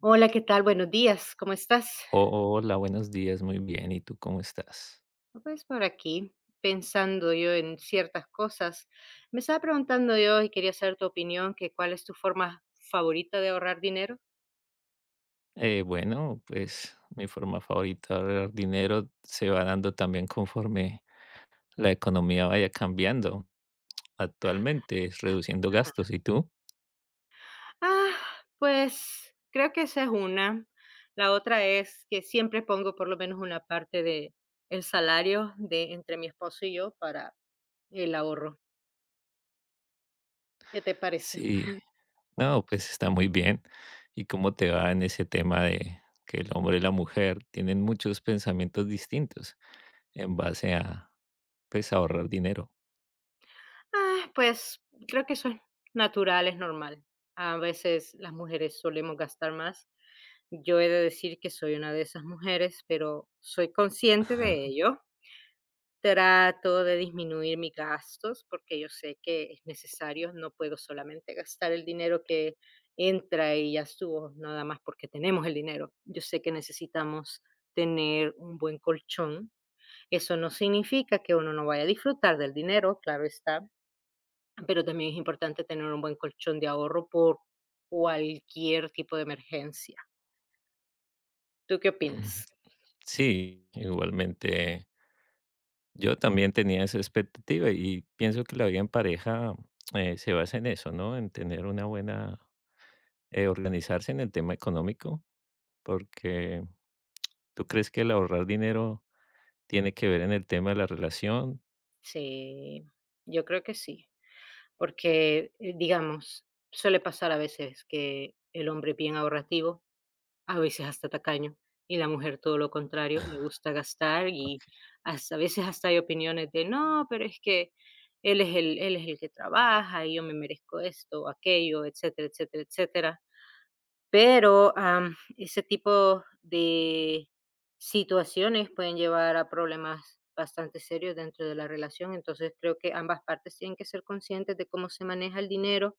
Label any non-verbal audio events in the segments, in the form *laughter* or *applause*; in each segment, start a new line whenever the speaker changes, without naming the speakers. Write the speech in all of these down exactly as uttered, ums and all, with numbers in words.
Hola, ¿qué tal? Buenos días, ¿cómo estás?
Oh, hola, buenos días, muy bien. ¿Y tú cómo estás?
Pues por aquí, pensando yo en ciertas cosas. Me estaba preguntando yo y quería saber tu opinión, que cuál es tu forma favorita de ahorrar dinero.
Eh, bueno, pues mi forma favorita de ahorrar dinero se va dando también conforme la economía vaya cambiando. Actualmente es reduciendo gastos. ¿Y tú?
Ah, pues creo que esa es una. La otra es que siempre pongo por lo menos una parte de el salario de entre mi esposo y yo para el ahorro. ¿Qué te parece?
Sí, no, pues está muy bien. ¿Y cómo te va en ese tema de que el hombre y la mujer tienen muchos pensamientos distintos en base a, pues, ahorrar dinero?
Ah, pues creo que eso es natural, es normal. A veces las mujeres solemos gastar más. Yo he de decir que soy una de esas mujeres, pero soy consciente de ello. Trato de disminuir mis gastos porque yo sé que es necesario, no puedo solamente gastar el dinero que entra y ya estuvo, nada más porque tenemos el dinero. Yo sé que necesitamos tener un buen colchón. Eso no significa que uno no vaya a disfrutar del dinero, claro está, pero también es importante tener un buen colchón de ahorro por cualquier tipo de emergencia. ¿Tú qué opinas?
*laughs* Sí, igualmente. Yo también tenía esa expectativa y pienso que la vida en pareja eh, se basa en eso, ¿no? En tener una buena, eh, organizarse en el tema económico, porque tú crees que el ahorrar dinero tiene que ver en el tema de la relación.
Sí, yo creo que sí, porque, eh, digamos, suele pasar a veces que el hombre es bien ahorrativo, a veces hasta tacaño, y la mujer todo lo contrario, le gusta gastar
Ok,
y hasta, a veces hasta hay opiniones de, no, pero es que él es el, él es el que trabaja y yo me merezco esto, aquello, etcétera, etcétera, etcétera. Pero, am, ese tipo de situaciones pueden llevar a problemas bastante serios dentro de la relación. Entonces, creo que ambas partes tienen que ser conscientes de cómo se maneja el dinero.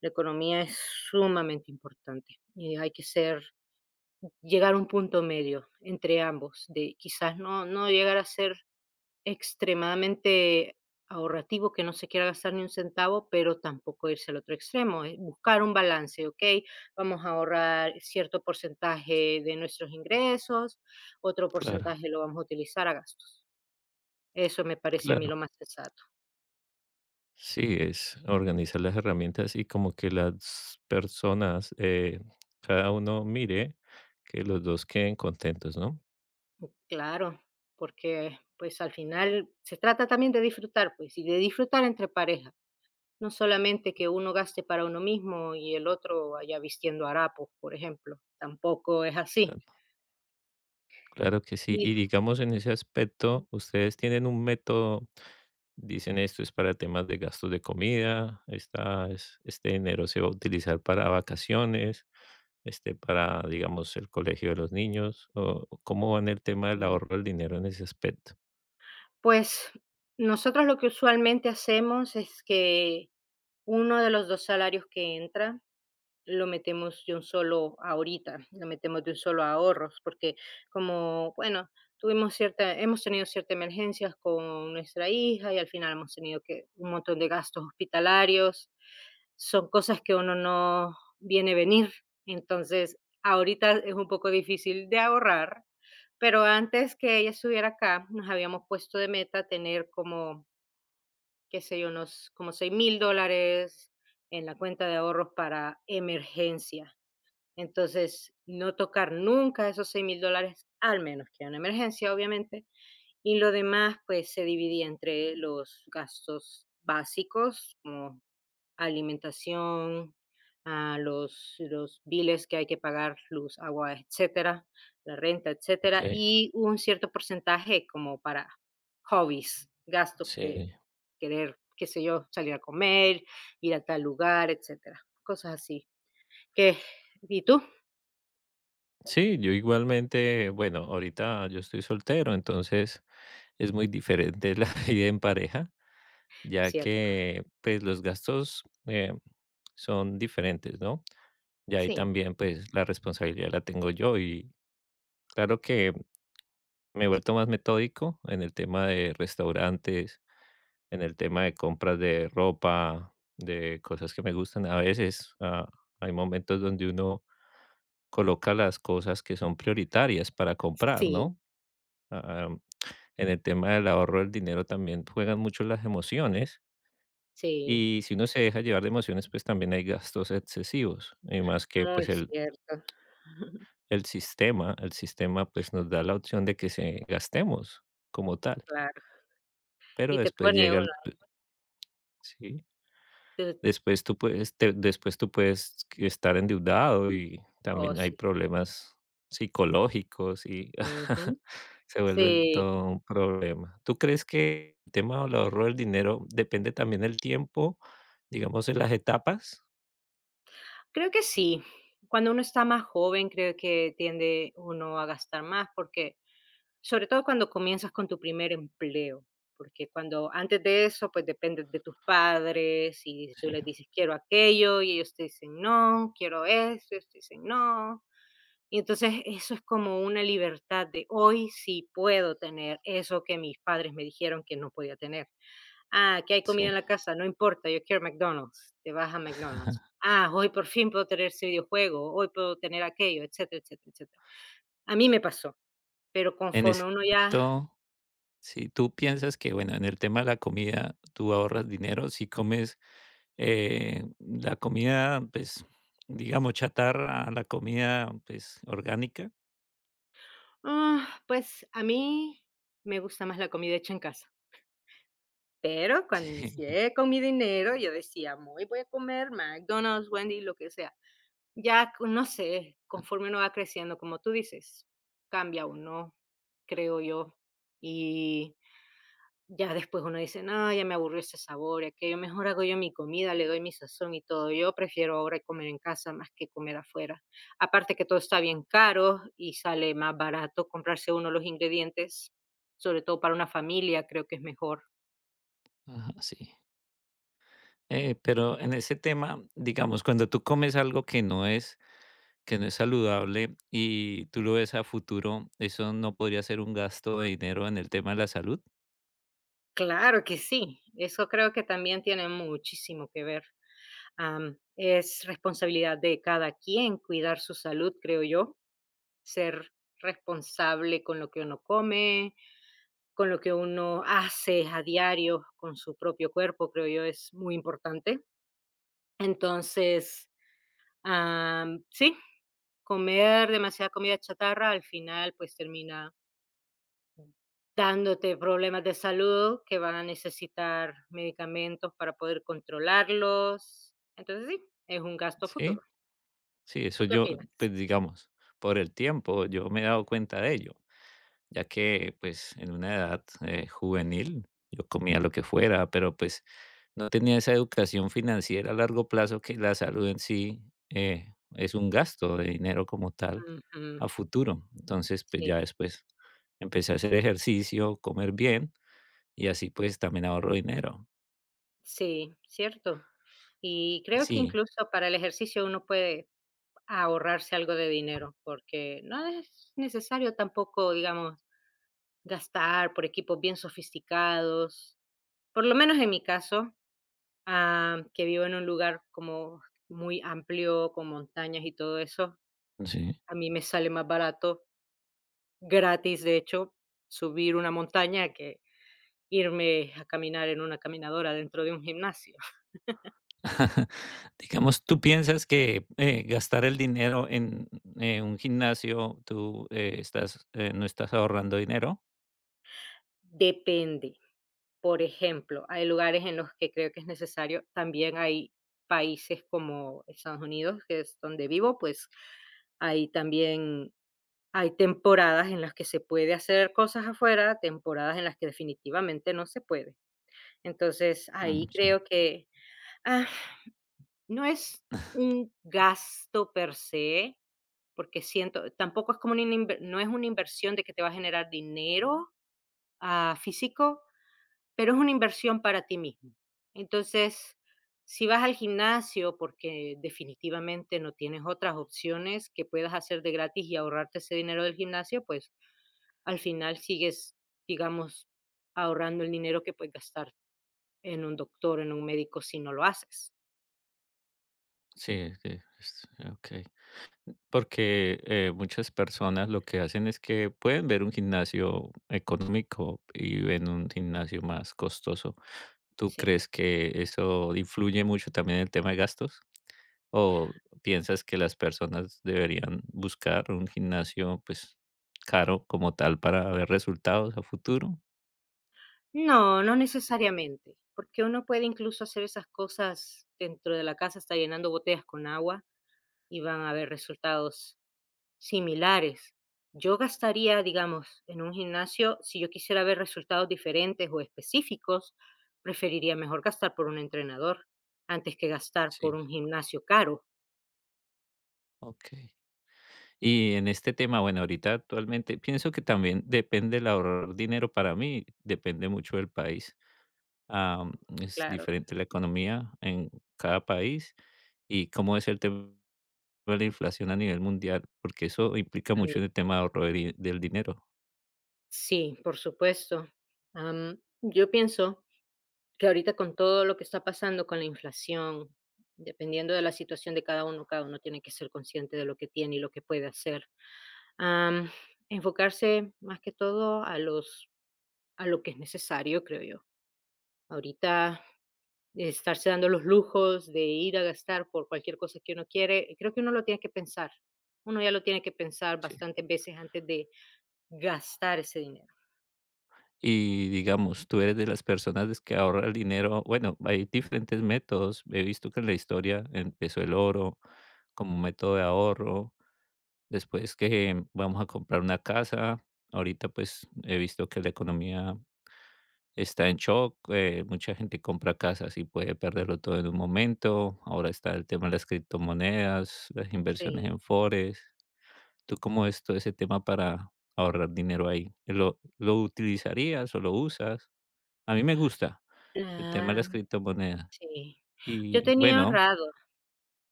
La economía es sumamente importante y hay que ser llegar a un punto medio entre ambos, de quizás no no llegar a ser extremadamente ahorrativo, que no se quiera gastar ni un centavo, pero tampoco irse al otro extremo, eh, buscar un balance, ¿ok? Vamos a ahorrar cierto porcentaje de nuestros ingresos, otro
claro,
porcentaje lo vamos a utilizar a gastos. Eso me parece a mí lo
claro.
más sensato.
Sí, es organizar las herramientas y como que las personas, eh, cada uno mire que los dos queden contentos, ¿no?
Claro, porque, pues, al final se trata también de disfrutar, pues, y de disfrutar entre pareja, no solamente que uno gaste para uno mismo y el otro vaya vistiendo harapos, por ejemplo, tampoco es así.
Claro que sí.
Y
Y digamos, en ese aspecto, ustedes tienen un método, dicen esto es para temas de gastos de comida, esta es- este dinero se va a utilizar para vacaciones, este para, digamos, el colegio de los niños, o o cómo va en el tema del
Mm,
ahorro del dinero en ese aspecto.
pues, nosotros lo que usualmente hacemos es que uno de los dos salarios que entra, lo metemos de un solo ahorita, lo metemos de un solo a ahorros, porque como, bueno, tuvimos cierta, hemos tenido ciertas emergencias con nuestra hija y al final hemos tenido que un montón de gastos hospitalarios. Son cosas que uno no viene venir. Entonces, ahorita es un poco difícil de ahorrar, pero antes que ella estuviera acá, nos habíamos puesto de meta tener como, qué sé yo, unos como seis mil dólares en la cuenta de ahorros para emergencias. Entonces, no tocar nunca esos seis mil dólares, al menos que haya una emergencia, obviamente. Y lo demás, pues, se dividía entre los gastos básicos, como alimentación, ah, los los biles que hay que pagar, luz, agua, etcétera, la renta,
Ok,
etcétera, y un cierto porcentaje como para hobbies, gastos
sí.
de
Eh,
querer, qué sé yo, salir a comer, ir a tal lugar, etcétera, cosas así. ¿Qué? ¿Y tú?
Sí, yo igualmente, bueno, ahorita yo estoy soltero, entonces es muy diferente la *laughs* vida en pareja, ya
Cierto.
que pues los gastos eh, son diferentes, ¿no? Y ahí
Sí.
también, pues, la responsabilidad la tengo yo y claro que me he vuelto más metódico en el tema de restaurantes, en el tema de compras de ropa, de cosas que me gustan. A veces, ah, hay momentos donde uno coloca las cosas que son prioritarias para comprar,
Sí,
¿no? Ah, em, en el tema del ahorro del dinero también juegan mucho las emociones
sí,
y si uno se deja llevar de emociones, pues, también hay gastos excesivos y más que,
muy
pues, el
cierto. *laughs*
el sistema, el sistema, pues, nos da la opción de que se gastemos como tal,
Claro.
pero
Y te
después
pone
llega
uno,
el sí,
te
después tú puedes te después tú puedes que estar endeudado y
oh,
también hay
sí.
problemas psicológicos y
Ujú.
*laughs* se vuelve
Sí.
todo un problema. ¿Tú crees que el tema del ahorro del dinero depende también del tiempo, digamos, en las etapas?
Creo que sí. Cuando uno está más joven, creo que tiende uno a gastar más porque, sobre todo cuando comienzas con tu primer empleo, porque cuando antes de eso, pues dependes de tus padres y tú
Sí,
les dices quiero aquello y ellos te dicen no, quiero esto, ellos te dicen no. Y entonces eso es como una libertad de hoy sí puedo tener eso que mis padres me dijeron que no podía tener. Ah, que hay comida en
sí.
la casa, no importa, yo quiero McDonald's, te vas a McDonald's. Ah, hoy por fin puedo tener ese videojuego, hoy puedo tener aquello, etcétera, etcétera, etcétera. A mí me pasó, pero
En
conforme uno ya,
efecto, si tú piensas que, bueno, en el tema de la comida, tú ahorras dinero si comes, eh, la comida, pues, digamos, chatarra a la comida, pues, orgánica.
ah, pues a mí me gusta más la comida hecha en casa. Pero cuando
*laughs* Sí,
inicié con mi dinero, yo decía, hoy voy a comer McDonald's, Wendy, lo que sea. Ya, co- no sé, conforme uno va creciendo, como tú dices, cambia uno, creo yo. Y ya después uno dice: "No, ya me aburrió ese sabor y aquello, mejor hago yo mi comida, le doy mi sazón y todo". Yo prefiero ahora comer en casa más que comer afuera. Aparte que todo está bien caro y sale más barato comprarse uno los ingredientes, sobre todo para una familia, creo que es mejor.
ajá, sí. Eh, pero en ese tema, digamos, cuando tú comes algo que no es que no es saludable y tú lo ves a futuro, ¿eso no podría ser un gasto de dinero en el tema de la salud?
Claro que sí, eso creo que también tiene muchísimo que ver. Am, es responsabilidad de cada quien cuidar su salud, creo yo, ser responsable con lo que uno come, con lo que uno hace a diario con su propio cuerpo, creo yo, es muy importante. Entonces, am, sí, comer demasiada comida chatarra al final pues termina dándote problemas de salud que van a necesitar medicamentos para poder controlarlos. Entonces, sí, es un gasto a futuro.
Sí, sí, eso
¿Tú qué
yo,
opinas?
pues, digamos, por el tiempo, yo me he dado cuenta de ello, ya que pues en una edad eh, juvenil yo comía lo que fuera, pero pues no tenía esa educación financiera a largo plazo que la salud en sí eh, es un gasto de dinero como tal
Ujú,
a futuro. Entonces pues
sí,
ya después empecé a hacer ejercicio, comer bien y así pues también ahorro dinero.
sí, cierto. Y creo que
Sí,
incluso para el ejercicio uno puede a ahorrarse algo de dinero, porque no es necesario tampoco, digamos, gastar por equipos bien sofisticados. Por lo menos en mi caso, ah, que vivo en un lugar como muy amplio, con montañas y todo eso,
sí.
a mí me sale más barato, gratis de hecho, subir una montaña que irme a caminar en una caminadora dentro de un gimnasio.
*laughs* Digamos, ¿tú piensas que eh, gastar el dinero en eh, un gimnasio, tú eh, estás, eh, no estás ahorrando dinero?
Depende. Por ejemplo, hay lugares en los que creo que es necesario. También hay países como Estados Unidos, que es donde vivo, pues ahí también hay temporadas en las que se puede hacer cosas afuera, temporadas en las que definitivamente no se puede. Entonces, ahí
Mm, sí.
creo que ah, no es un gasto per se, porque siento, tampoco es como una inver- no es una inversión de que te va a generar dinero ah, físico, pero es una inversión para ti mismo. Entonces, si vas al gimnasio porque definitivamente no tienes otras opciones que puedas hacer de gratis y ahorrarte ese dinero del gimnasio, pues al final sigues, digamos, ahorrando el dinero que puedes gastar en un doctor, en un médico si no lo haces.
Sí, sí, es- ok. Porque eh, muchas personas lo que hacen es que pueden ver un gimnasio económico y ven un gimnasio más costoso. ¿Tú
Sí.
crees que eso influye mucho también en el tema de gastos? ¿O piensas que las personas deberían buscar un gimnasio pues caro como tal para ver resultados a futuro?
No, no necesariamente, porque uno puede incluso hacer esas cosas dentro de la casa, está llenando botellas con agua y van a haber resultados similares. Yo gastaría, digamos, en un gimnasio, si yo quisiera ver resultados diferentes o específicos, preferiría mejor gastar por un entrenador antes que gastar
Sí,
por un gimnasio caro.
ok. Y en este tema, bueno, ahorita actualmente pienso que también depende el ahorrar dinero para mí, depende mucho del país. Am, es
Claro.
diferente la economía en cada país y cómo es el tema de la inflación a nivel mundial, porque eso implica mucho
También.
en el tema de ahorro de di- del dinero.
Sí, por supuesto. Am, yo pienso que ahorita con todo lo que está pasando con la inflación, dependiendo de la situación de cada uno, cada uno tiene que ser consciente de lo que tiene y lo que puede hacer. Am, enfocarse más que todo a los a lo que es necesario, creo yo. Ahorita estarse dando los lujos de ir a gastar por cualquier cosa que uno quiere, creo que uno lo tiene que pensar. Uno ya lo tiene que pensar
¿Sí?
bastantes veces antes de gastar ese dinero.
Y digamos, tú eres de las personas des- que ahorra el dinero. Bueno, hay diferentes métodos. He visto que en la historia empezó el oro como método de ahorro. Después que vamos a comprar una casa, ahorita pues he visto que la economía está en shock, eh, mucha gente compra casas y puede perderlo todo en un momento, ahora está el tema de las criptomonedas, las
Sí,
inversiones en forex. ¿Tú cómo ves todo ese tema para ahorrar dinero ahí? ¿Lo, lo utilizarías o lo usas? A mí me gusta el tema de las
am,
criptomonedas.
sí. Yo
Y
tenía
bueno,
ahorrado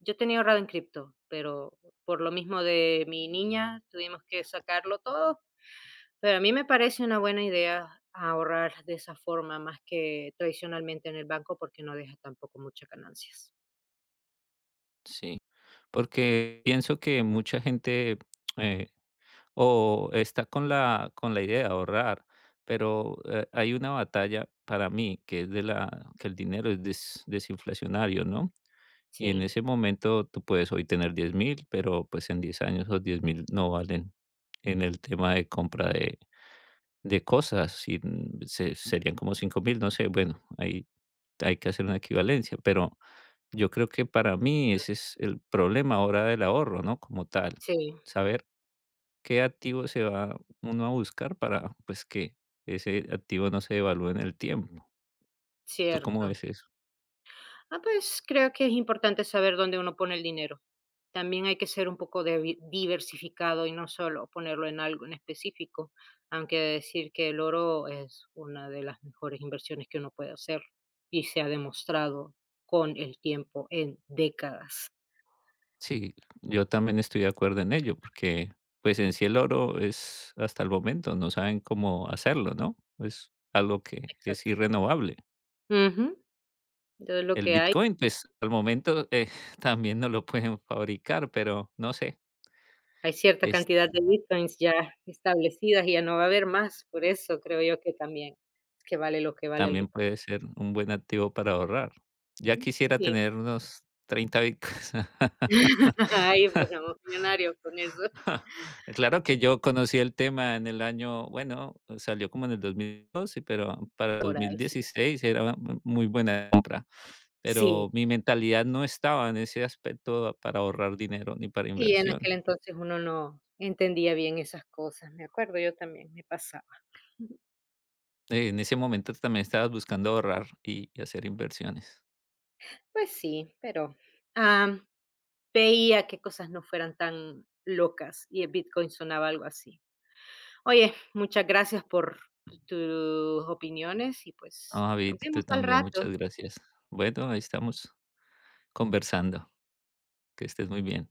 Yo tenía ahorrado en cripto, pero por lo mismo de mi niña tuvimos que sacarlo todo, pero a mí me parece una buena idea ahorrar de esa forma más que tradicionalmente en el banco porque no deja tampoco muchas ganancias.
sí, porque pienso que mucha gente eh, o está con la con la idea de ahorrar, pero, eh, hay una batalla para mí que es de la que el dinero es des desinflacionario, ¿no? Y en
Sí,
ese momento tú puedes hoy tener diez mil pero, pues, en diez años esos diez mil no valen en el tema de compra de de cosas, y mm, se serían como cinco mil, no sé, bueno, ahí hay que hacer una equivalencia, pero yo creo que para mí ese es el problema ahora del ahorro, ¿no? Como tal,
sí,
saber qué activo se va uno a buscar para, pues, que ese activo no se devalúe en el tiempo. ¿Tú cómo
cierto.
ves eso?
Ah, pues, creo que es importante saber dónde uno pone el dinero. También hay que ser un poco devi diversificado y no solo ponerlo en algo en específico, aunque decir que el oro es una de las mejores inversiones que uno puede hacer y se ha demostrado con el tiempo en décadas.
Sí, yo también estoy de acuerdo en ello, porque, pues, en sí el oro es hasta el momento, no saben cómo hacerlo, ¿no? Es algo que es
Exacto.
irrenovable.
Ujú. Entonces, lo
El
que hay,
Bitcoin, pues, al momento, eh, *laughs* también no lo pueden fabricar, pero no sé,
hay cierta
es
cantidad de bitcoins ya establecidas y ya no va a haber más, por eso creo yo que también que vale lo que vale el
también
bitcoin.
puede ser un buen activo para ahorrar. Ya quisiera
Sí.
tener unos treinta Bitcoins. *laughs*
*laughs* Ay, fuéramos millonarios con eso.
*laughs* Ja, claro que yo conocí el tema en el año, bueno, salió como en el dos mil doce, pero para el
Por
dos mil
ahí sí.
dieciséis era mu muy buena compra,
Sí.
pero mi mentalidad no estaba en ese aspecto para ahorrar dinero ni para
Y en
inversión.
aquel entonces uno no entendía bien esas cosas, me acuerdo, yo también me pasaba.
Eh, En ese momento también estabas buscando ahorrar y y hacer inversiones.
Pues sí, pero, am, veía que cosas no fueran tan locas y el Bitcoin sonaba algo así. Oye, muchas gracias por tus opiniones y, pues,
Ah,
nos
David, tú
vemos al
también,
rato.
muchas gracias. Bueno, ahí estamos conversando. Que estés muy bien.